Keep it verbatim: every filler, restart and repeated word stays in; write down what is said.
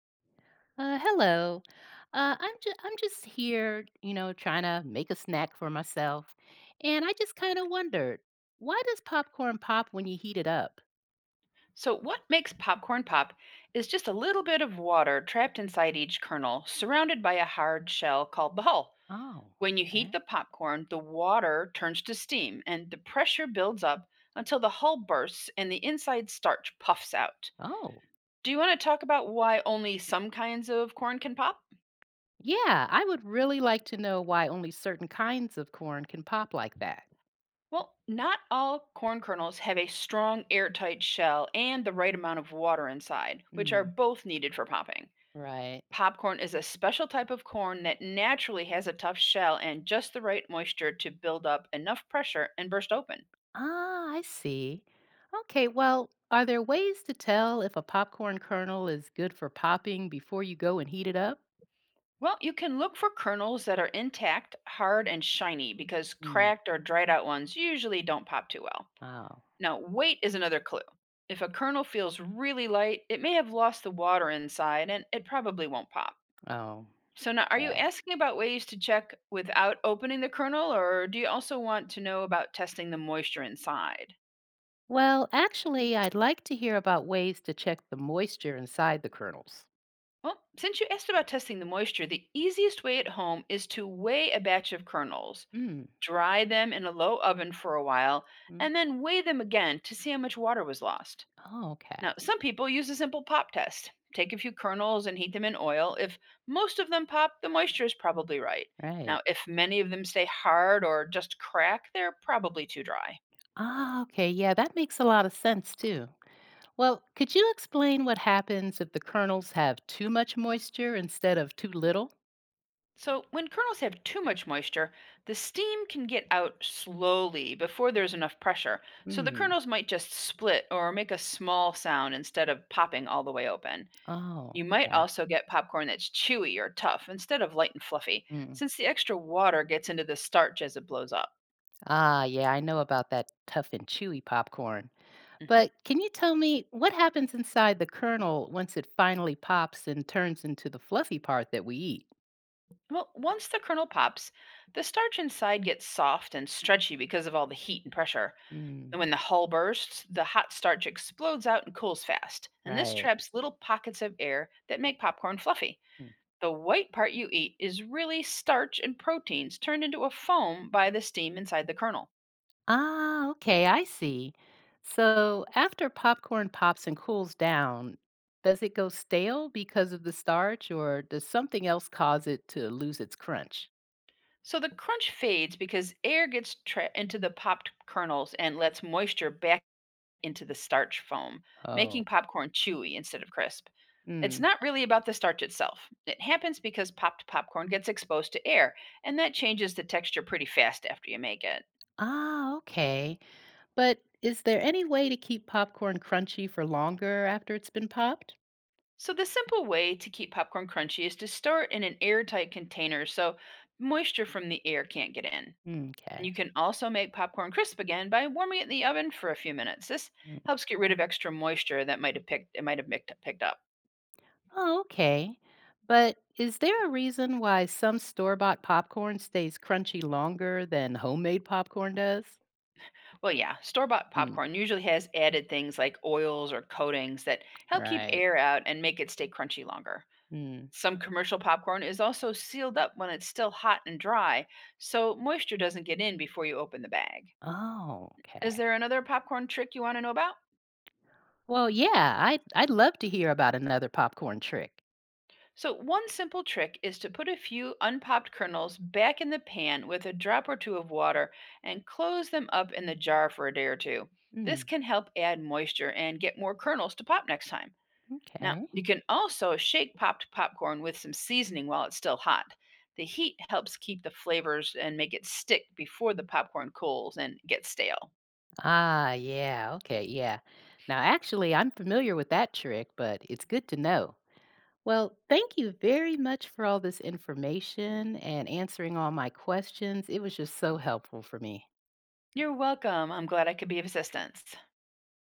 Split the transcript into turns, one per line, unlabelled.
Uh, hello. Uh, I'm just I'm just here, you know, trying to make a snack for myself, and I just kind of wondered why does popcorn pop when you heat it up?
So, what makes popcorn pop is just a little bit of water trapped inside each kernel, surrounded by a hard shell called the hull.
Oh,
When you heat
okay.
the popcorn, the water turns to steam and the pressure builds up until the hull bursts and the inside starch puffs out.
Oh,
Do you want to talk about why only some kinds of corn can pop?
yeah. I would really like to know why only certain kinds of corn can pop like that.
Well, not all corn kernels have a strong airtight shell and the right amount of water inside, which are
Mm,
both needed for popping.
right.
Popcorn is a special type of corn that naturally has a tough shell and just the right moisture to build up enough pressure and burst open.
Ah, I see. Okay. Well, are there ways to tell if a popcorn kernel is good for popping before you go and heat it up?
Well, you can look for kernels that are intact, hard, and shiny because
Mm,
cracked or dried out ones usually don't pop too well.
oh,
Now, weight is another clue. If a kernel feels really light, it may have lost the water inside and it probably won't pop.
oh.
So, now are you asking about ways to check without opening the kernel, or do you also want to know about testing the moisture inside?
Well, actually, I'd like to hear about ways to check the moisture inside the kernels.
Well, since you asked about testing the moisture, the easiest way at home is to weigh a batch of kernels,
Mm.
dry them in a low oven for a while,
Mm.
and then weigh them again to see how much water was lost.
Oh, okay.
Now, some people use a simple pop test. Take a few kernels and heat them in oil. If most of them pop, the moisture is probably right.
Right.
Now, if many of them stay hard or just crack, they're probably too dry.
Ah, okay. Yeah, that makes a lot of sense too. Well, could you explain what happens if the kernels have too much moisture instead of too little?
So, when kernels have too much moisture, the steam can get out slowly before there's enough pressure. So, the
Mm.
kernels might just split or make a small sound instead of popping all the way open.
Oh,
You might
okay.
also get popcorn that's chewy or tough instead of light and fluffy,
Mm.
since the extra water gets into the starch as it blows up.
Ah, yeah, I know about that tough and chewy popcorn.
Mhm.
But can you tell me what happens inside the kernel once it finally pops and turns into the fluffy part that we
Well, once the kernel pops, the starch inside gets soft and stretchy because of all the heat and pressure.
eat?
And when the hull bursts, the hot starch explodes out and cools fast, and this
Right.
traps little pockets of air that make popcorn fluffy.
Mm.
The white part you eat is really starch and proteins turned into a foam by the steam inside the kernel.
Ah, okay, I see. So after popcorn pops and cools down, does it go stale because of the starch, or does something else cause it to lose its crunch?
So, the crunch fades because air gets trapped into the popped kernels and lets moisture back into the starch foam, making
Oh.
popcorn chewy instead of crisp. It's
Mm.
not really about the starch itself. It happens because popped popcorn gets exposed to air, and that changes the texture pretty fast after you make it.
Ah, okay. But is there any way to keep popcorn crunchy for longer after it's been popped?
So, the simple way to keep popcorn crunchy is to store it in an airtight container so moisture from the air can't get in. And
Okay.
you can also make popcorn crisp again by warming it in the oven for a few minutes. This
Mm.
helps get rid of extra moisture that might have picked it might have picked picked up.
Oh, okay. But is there a reason why some store-bought popcorn stays crunchy longer than homemade popcorn does?
Well, yeah, store bought
Hmm.
popcorn usually has added things like oils or coatings that help keep
Right.
air out and make it stay crunchy longer.
Mm.
Some commercial popcorn is also sealed up when it's still hot and dry, so moisture doesn't get in before you open the bag.
Oh, okay.
Is there another popcorn trick you want to know about?
Well, yeah, I'd I'd love to hear about another popcorn trick.
So, one simple trick is to put a few unpopped kernels back in the pan with a drop or two of water and close them up in the jar for a day or two. This
Mm,
can help add moisture and get more kernels to pop next time. Now,
okay.
you can also shake popped popcorn with some seasoning while it's still hot. The heat helps keep the flavors and make it stick before the popcorn cools and gets stale.
Ah, yeah, okay, yeah. Now, actually, I'm familiar with that trick, but it's good to know. Well, thank you very much for all this information and answering all my questions. It was just so helpful for me.
You're welcome. I'm glad I could be of assistance.